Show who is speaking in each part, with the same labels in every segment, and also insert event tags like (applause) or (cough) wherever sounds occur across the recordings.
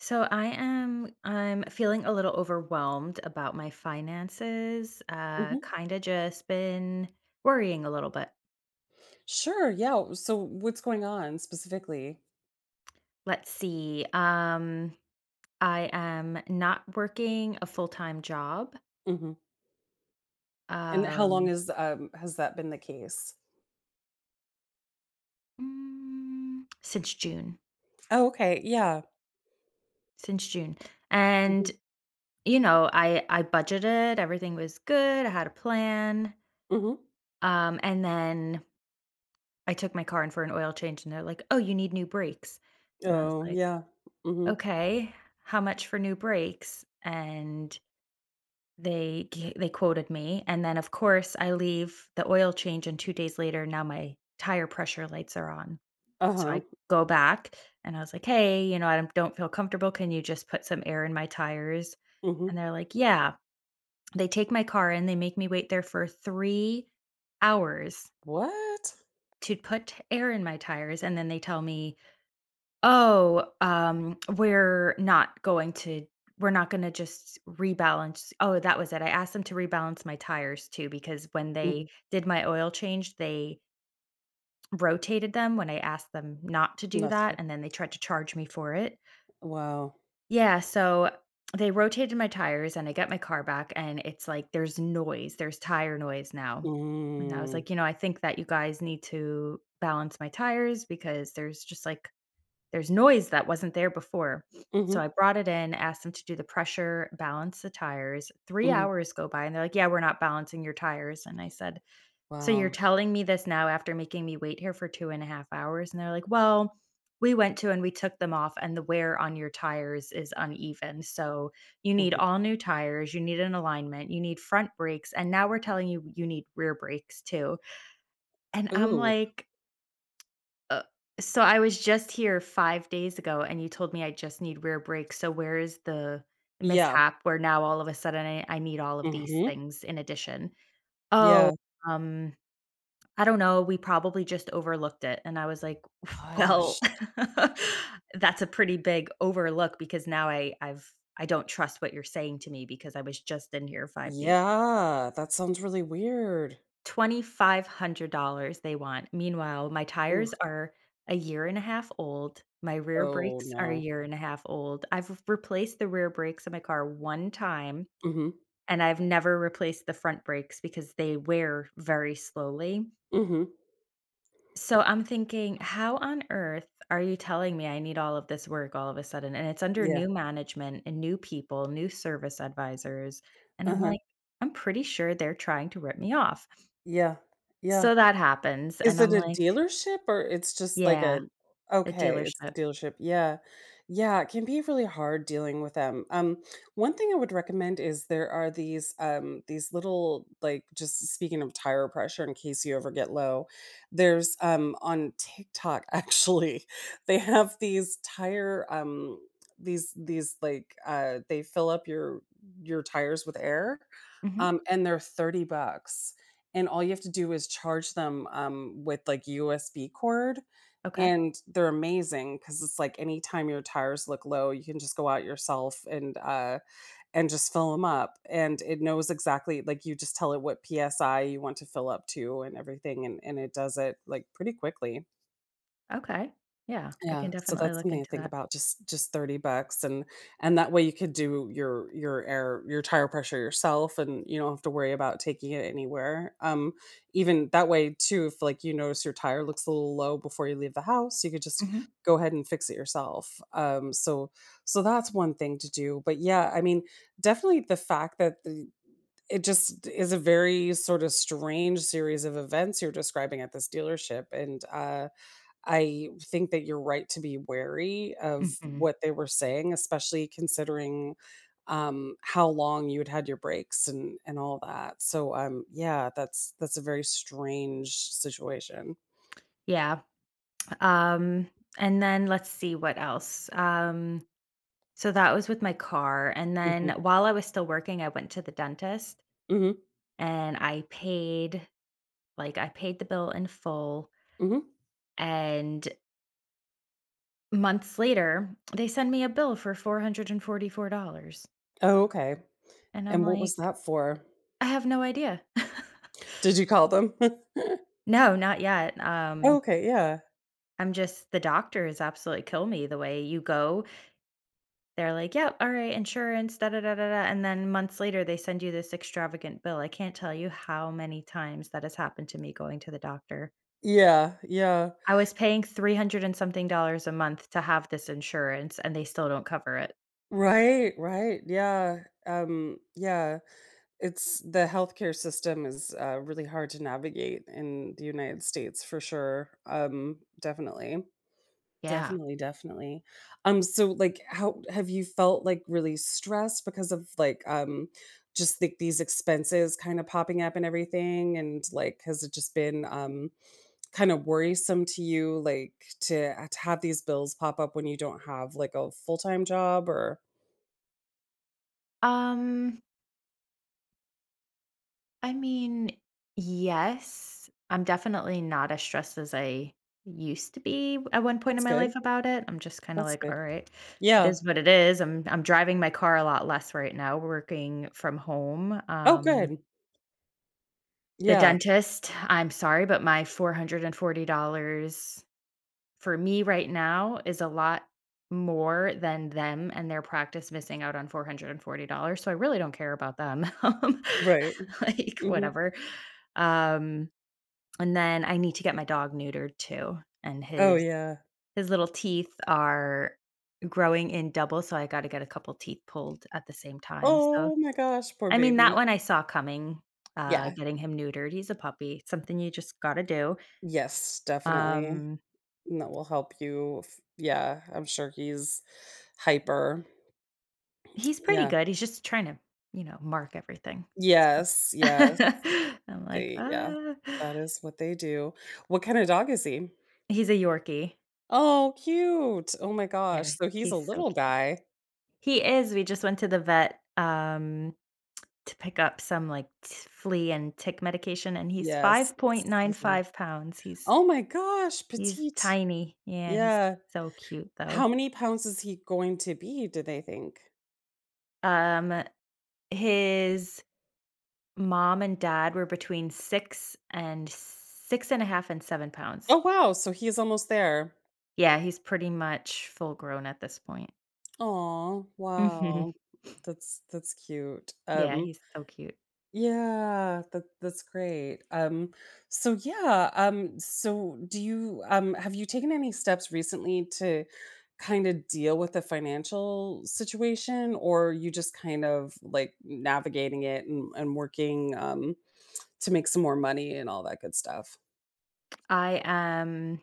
Speaker 1: So I'm feeling a little overwhelmed about my finances.
Speaker 2: Mhm.
Speaker 1: Kind of just been worrying a little bit.
Speaker 2: Sure. Yeah. So, what's going on specifically?
Speaker 1: Let's see. I am not working a full-time job,
Speaker 2: Hmm. And how long
Speaker 1: um
Speaker 2: is has that been the case?
Speaker 1: since June.
Speaker 2: Oh, okay. Yeah.
Speaker 1: Since June.
Speaker 2: Hmm.
Speaker 1: And I budgeted, everything was good, I had a plan.
Speaker 2: Hmm.
Speaker 1: And then I took my car in for an oil change, and they're like, "Oh, you need new brakes." And I was
Speaker 2: Oh,
Speaker 1: like,
Speaker 2: yeah. Hmm.
Speaker 1: "Okay, how much for new breaks?" And they quoted me, and then, of course, I leave the oil change, and 2 days later, now my tire pressure lights are on.
Speaker 2: Uh
Speaker 1: So
Speaker 2: huh.
Speaker 1: I go back, and I was like, "Hey, I don't feel comfortable. Can you just put some air in my tires?"
Speaker 2: Hmm.
Speaker 1: And they're like, "Yeah." They take my car and they make me wait there for 3 hours
Speaker 2: What?
Speaker 1: to put air in my tires, and then they tell me, "Oh, we're not gonna just rebalance." Oh, that was it. I asked them to rebalance my tires too, because when they
Speaker 2: Hmm.
Speaker 1: did my oil change, they rotated them when I asked them not to do
Speaker 2: Not
Speaker 1: that,
Speaker 2: too.
Speaker 1: and then they tried to charge me for it.
Speaker 2: Wow.
Speaker 1: Yeah, so they rotated my tires and I get my car back, and it's like there's noise, there's tire noise now. And I was
Speaker 2: Mm.
Speaker 1: like, I think that you guys need to balance my tires, because there's just like there's noise that wasn't there before. So
Speaker 2: Mm-hmm.
Speaker 1: I brought it in, asked them to do the pressure, balance the tires. 3
Speaker 2: Hmm. Hmm.
Speaker 1: hours go by and they're like, "Yeah, we're not balancing your tires." And I said, "So you're
Speaker 2: Wow.
Speaker 1: telling me this now after making me wait here for 2.5 hours?" And they're like, "Well, we took them off, and the wear on your tires is uneven. So you need
Speaker 2: Hmm.
Speaker 1: all new tires, you need an alignment, you need front brakes, and now we're telling you you need rear brakes too." And I'm
Speaker 2: Ooh.
Speaker 1: like, uh, so I was just here 5 days ago, and you told me I just need rear brakes, so where is the
Speaker 2: Yeah.
Speaker 1: mishap where now all of a sudden I need all of these
Speaker 2: Hmm.
Speaker 1: things in addition? "Oh,
Speaker 2: Yeah.
Speaker 1: um, I don't know, we probably just overlooked it," and I was like, (laughs) "Well,
Speaker 2: Gosh.
Speaker 1: (laughs) that's a pretty big overlook, because now I don't trust what you're saying to me, because I was just in here 5 days."
Speaker 2: Yeah. That sounds really weird.
Speaker 1: $2,500 they want. Meanwhile, my tires
Speaker 2: Oof.
Speaker 1: are a year and a half old. My rear
Speaker 2: Oh
Speaker 1: brakes are a
Speaker 2: no.
Speaker 1: year and a half old. I've replaced the rear brakes of my car one time,
Speaker 2: Hmm.
Speaker 1: and I've never replaced the front brakes because they wear very slowly.
Speaker 2: Hmm.
Speaker 1: So I'm thinking, how on earth are you telling me I need all of this work all of a sudden? And it's under
Speaker 2: Yeah.
Speaker 1: new management and new people, new service advisors. And
Speaker 2: Uh
Speaker 1: I'm
Speaker 2: huh.
Speaker 1: like, I'm pretty sure they're trying to rip me off.
Speaker 2: Yeah, yeah.
Speaker 1: So that happens, and
Speaker 2: Is
Speaker 1: I'm
Speaker 2: it a
Speaker 1: like,
Speaker 2: dealership, or it's just like
Speaker 1: yeah,
Speaker 2: a—
Speaker 1: a
Speaker 2: Okay, it's the
Speaker 1: dealership.
Speaker 2: dealership. Yeah. Yeah, it can be really hard dealing with them. One thing I would recommend is there are these little, like, just speaking of tire pressure in case you ever get low, there's, on TikTok (laughs) actually, they have these tire, these like, they fill up your tires with air,
Speaker 1: Mhm.
Speaker 2: and they're $30, and all you have to do is charge them, with, like, USB cord,
Speaker 1: Okay.
Speaker 2: and they're amazing because it's, like, anytime your tires look low, you can just go out yourself and just fill them up, and it knows exactly like, you just tell it what PSI you want to fill up to and everything, and it does it, like, pretty quickly.
Speaker 1: Okay. Yeah, I can
Speaker 2: Yeah, so
Speaker 1: definitely
Speaker 2: that's
Speaker 1: look
Speaker 2: something to
Speaker 1: into
Speaker 2: think
Speaker 1: that.
Speaker 2: about, just $30, and that way you could do your tire pressure yourself, and you don't have to worry about taking it anywhere, even that way too, if, like, you notice your tire looks a little low before you leave the house, you could just
Speaker 1: Mhm.
Speaker 2: go ahead and fix it yourself, so that's one thing to do, but yeah, I mean, definitely the fact that the it just is a very sort of strange series of events you're describing at this dealership, and I think that you're right to be wary of
Speaker 1: Mhm.
Speaker 2: what they were saying, especially considering, how long you had had your breaks and all that. So, yeah, that's a very strange situation.
Speaker 1: Yeah, um, and then let's see what else. So that was with my car, and then
Speaker 2: Mhm,
Speaker 1: while I was still working, I went to the dentist,
Speaker 2: mhm,
Speaker 1: and I paid the bill in full,
Speaker 2: mhm.
Speaker 1: and months later, they send me a bill for $444,
Speaker 2: Oh, okay.
Speaker 1: and I'm
Speaker 2: And what
Speaker 1: like,
Speaker 2: was that for?
Speaker 1: "I have no idea." (laughs)
Speaker 2: Did you call them? (laughs)
Speaker 1: No, not yet.
Speaker 2: Okay, yeah.
Speaker 1: I'm just The doctors absolutely kill me, the way you go, they're like, "Yep, alright, insurance, da da da da da," and then months later, they send you this extravagant bill. I can't tell you how many times that has happened to me going to the doctor.
Speaker 2: Yeah, yeah.
Speaker 1: I was paying 300 and something dollars a month to have this insurance, and they still don't cover it.
Speaker 2: Right, right, yeah, yeah. It's the healthcare system is, really hard to navigate in the United States for sure, definitely.
Speaker 1: Yeah.
Speaker 2: Definitely, definitely. So, like, how have you felt, like, really stressed because of, like, just, like, these expenses kinda popping up and everything, and, like, has it just been, kinda worrisome to you, like, to have these bills pop up when you don't have, like, a full-time job or—
Speaker 1: um I mean, yes. I'm definitely not as stressed as I used to be at one point in
Speaker 2: That's
Speaker 1: my life
Speaker 2: good,
Speaker 1: about it. I'm just kind of
Speaker 2: that's
Speaker 1: like, all
Speaker 2: good.
Speaker 1: right, it
Speaker 2: Yeah.
Speaker 1: is what it is. I'm driving my car a lot less right now, working from home.
Speaker 2: Oh, good.
Speaker 1: The
Speaker 2: Yeah,
Speaker 1: dentist, I'm sorry, but my $440 for me right now is a lot more than them and their practice missing out on $440. So I really don't care about them. (laughs)
Speaker 2: right.
Speaker 1: (laughs) Like
Speaker 2: Mhm.
Speaker 1: whatever. Um and then I need to get my dog neutered too, and
Speaker 2: Oh,
Speaker 1: his
Speaker 2: yeah.
Speaker 1: his little teeth are growing in double, so I gotta get a couple teeth pulled at the same time. So
Speaker 2: Oh my gosh, poor
Speaker 1: I mean, that
Speaker 2: baby.
Speaker 1: one I saw coming. Uh,
Speaker 2: Yeah.
Speaker 1: getting him neutered, he's a puppy, it's something you just gotta do.
Speaker 2: Yes, definitely,
Speaker 1: Um,
Speaker 2: and that will help you f yeah, I'm sure he's hyper.
Speaker 1: he's pretty
Speaker 2: Yeah.
Speaker 1: good, he's just trying to, mark everything. So
Speaker 2: Yes,
Speaker 1: (laughs)
Speaker 2: yes,
Speaker 1: I'm like,
Speaker 2: they yeah,
Speaker 1: "Uh."
Speaker 2: that is what they do. What kinda dog is he?
Speaker 1: He's a Yorkie.
Speaker 2: Oh, cute. Oh my gosh,
Speaker 1: Yeah,
Speaker 2: so he's a
Speaker 1: he's so
Speaker 2: little
Speaker 1: cute.
Speaker 2: guy.
Speaker 1: He is. We just went to the vet, to pick up some, like, t flea and tick medication, and he's
Speaker 2: Yes,
Speaker 1: 5.95
Speaker 2: he's m
Speaker 1: pounds. He's
Speaker 2: Oh my gosh,
Speaker 1: he's
Speaker 2: petite.
Speaker 1: tiny. Yeah, he's
Speaker 2: Yeah.
Speaker 1: so cute, though.
Speaker 2: How many pounds is he going to be, do they think?
Speaker 1: Um, his mom and dad were between 6 and 6 and a half and 7 pounds.
Speaker 2: Oh, wow, so he's almost there.
Speaker 1: Yeah, he's pretty much full grown at this point. (laughs)
Speaker 2: Oh wow.
Speaker 1: Mhm.
Speaker 2: That's cute.
Speaker 1: Yeah,
Speaker 2: Um,
Speaker 1: he's so cute.
Speaker 2: yeah, that's great. So yeah, so do you have you taken any steps recently to kind of deal with the financial situation, or are you just kind of like navigating it and working to make some more money and all that good stuff?
Speaker 1: I am.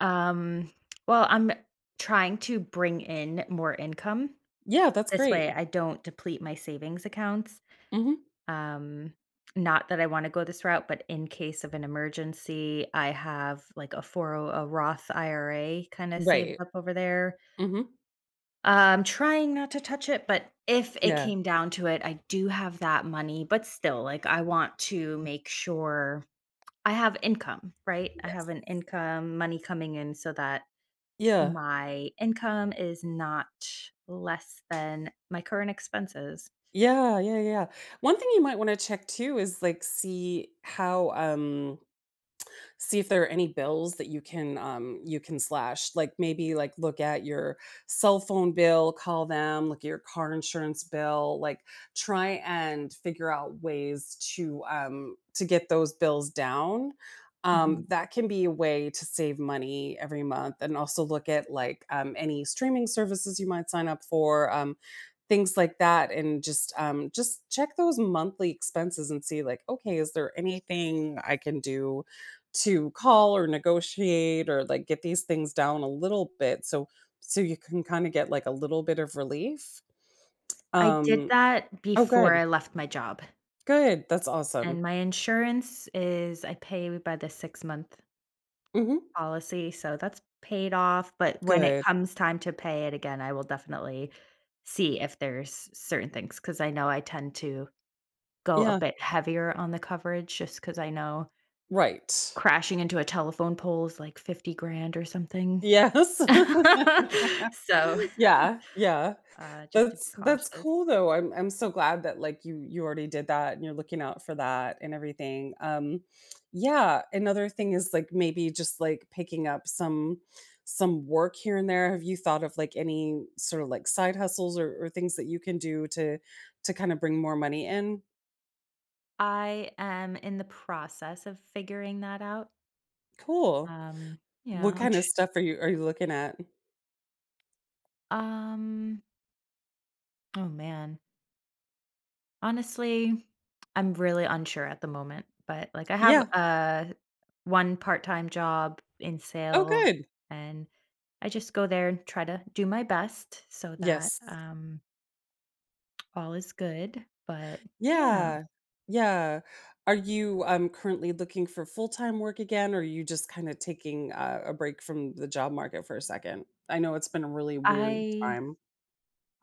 Speaker 1: Um, well, I'm trying to bring in more income.
Speaker 2: Yeah, that's
Speaker 1: This
Speaker 2: great.
Speaker 1: way, I don't deplete my savings accounts.
Speaker 2: Hmm.
Speaker 1: Um, Not that I want to go this route, but in case of an emergency, I have like a Roth IRA kind of saved
Speaker 2: Right.
Speaker 1: up over there.
Speaker 2: Hmm.
Speaker 1: I'm trying not to touch it, but if it
Speaker 2: Yeah.
Speaker 1: came down to it, I do have that money, but still, like, I want to make sure I have income, right? I
Speaker 2: Yes.
Speaker 1: have an income, money coming in, so that
Speaker 2: Yeah.
Speaker 1: my income is not less than my current expenses.
Speaker 2: Yeah, yeah, yeah. Yeah. One thing you might wanna check too is, like, see if there are any bills that you can slash. Like maybe like look at your cell phone bill, call them, look at your car insurance bill, like try and figure out ways to get those bills down.
Speaker 1: Mm-hmm.
Speaker 2: That can be a way to save money every month, and also look at like any streaming services you might sign up for. Things like that, and just check those monthly expenses and see, like, okay, is there anything I can do to call or negotiate or, like, get these things down a little bit so you can kinda get, like, a little bit of relief.
Speaker 1: I did
Speaker 2: Um
Speaker 1: that
Speaker 2: Oh,
Speaker 1: before
Speaker 2: good.
Speaker 1: I left my job,
Speaker 2: Good. That's
Speaker 1: and
Speaker 2: awesome.
Speaker 1: my insurance, is I pay by the 6-month
Speaker 2: Mhm.
Speaker 1: policy, so that's paid off, but when it
Speaker 2: Good.
Speaker 1: comes time to pay it again, I will definitely see if there's certain things, because I know I tend to go a
Speaker 2: Yeah.
Speaker 1: bit heavier on the coverage, just because I know
Speaker 2: Right.
Speaker 1: crashing into a telephone pole is like 50 grand or something.
Speaker 2: Yes. (laughs)
Speaker 1: (laughs) So,
Speaker 2: Yeah. Yeah.
Speaker 1: just to be
Speaker 2: That's
Speaker 1: cautious.
Speaker 2: cool though. I'm so glad that like you already did that and you're looking out for that and everything. Yeah, another thing is like maybe just like picking up some work here and there. Have you thought of like any sort of like side hustles or things that you can do to kind of bring more money in?
Speaker 1: I am in the process of figuring that out.
Speaker 2: Cool.
Speaker 1: Um, yeah,
Speaker 2: What kind of stuff are you looking at?
Speaker 1: um oh man. Honestly, I'm really unsure at the moment, but like I have
Speaker 2: Yeah.
Speaker 1: one part-time job in
Speaker 2: Oh
Speaker 1: sales,
Speaker 2: good.
Speaker 1: and I just go there and try to do my best, so that
Speaker 2: Yes.
Speaker 1: all is good. But yeah,
Speaker 2: Yeah. Yeah. Are you currently looking for full-time work again, or are you just kinda taking a break from the job market for a second? I know it's been a really weird
Speaker 1: I
Speaker 2: time.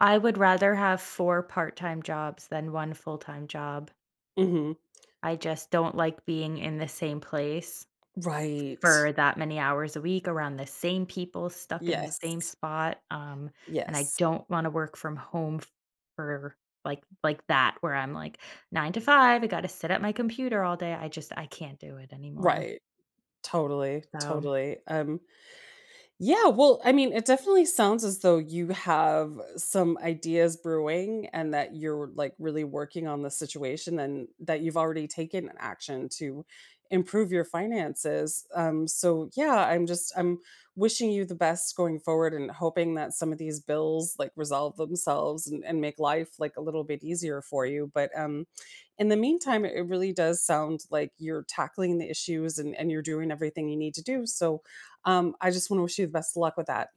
Speaker 1: I would rather have four part-time jobs than one full-time job.
Speaker 2: Mhm.
Speaker 1: I just don't like being in the same place
Speaker 2: Right.
Speaker 1: for that many hours a week around the same people, stuck in the same
Speaker 2: Yes.
Speaker 1: spot, and I
Speaker 2: Yes.
Speaker 1: don't wanna work from home f for like that, where I'm like, 9 to 5, I gotta sit at my computer all day, I can't do it anymore,
Speaker 2: Right. Totally,
Speaker 1: so
Speaker 2: totally. Yeah well, I mean, it definitely sounds as though you have some ideas brewing and that you're like really working on the situation and that you've already taken action to improve your finances. So yeah, I'm wishing you the best going forward and hoping that some of these bills like resolve themselves and make life like a little bit easier for you. But in the meantime, it really does sound like you're tackling the issues, and you're doing everything you need to do. So I just want to wish you the best of luck with that.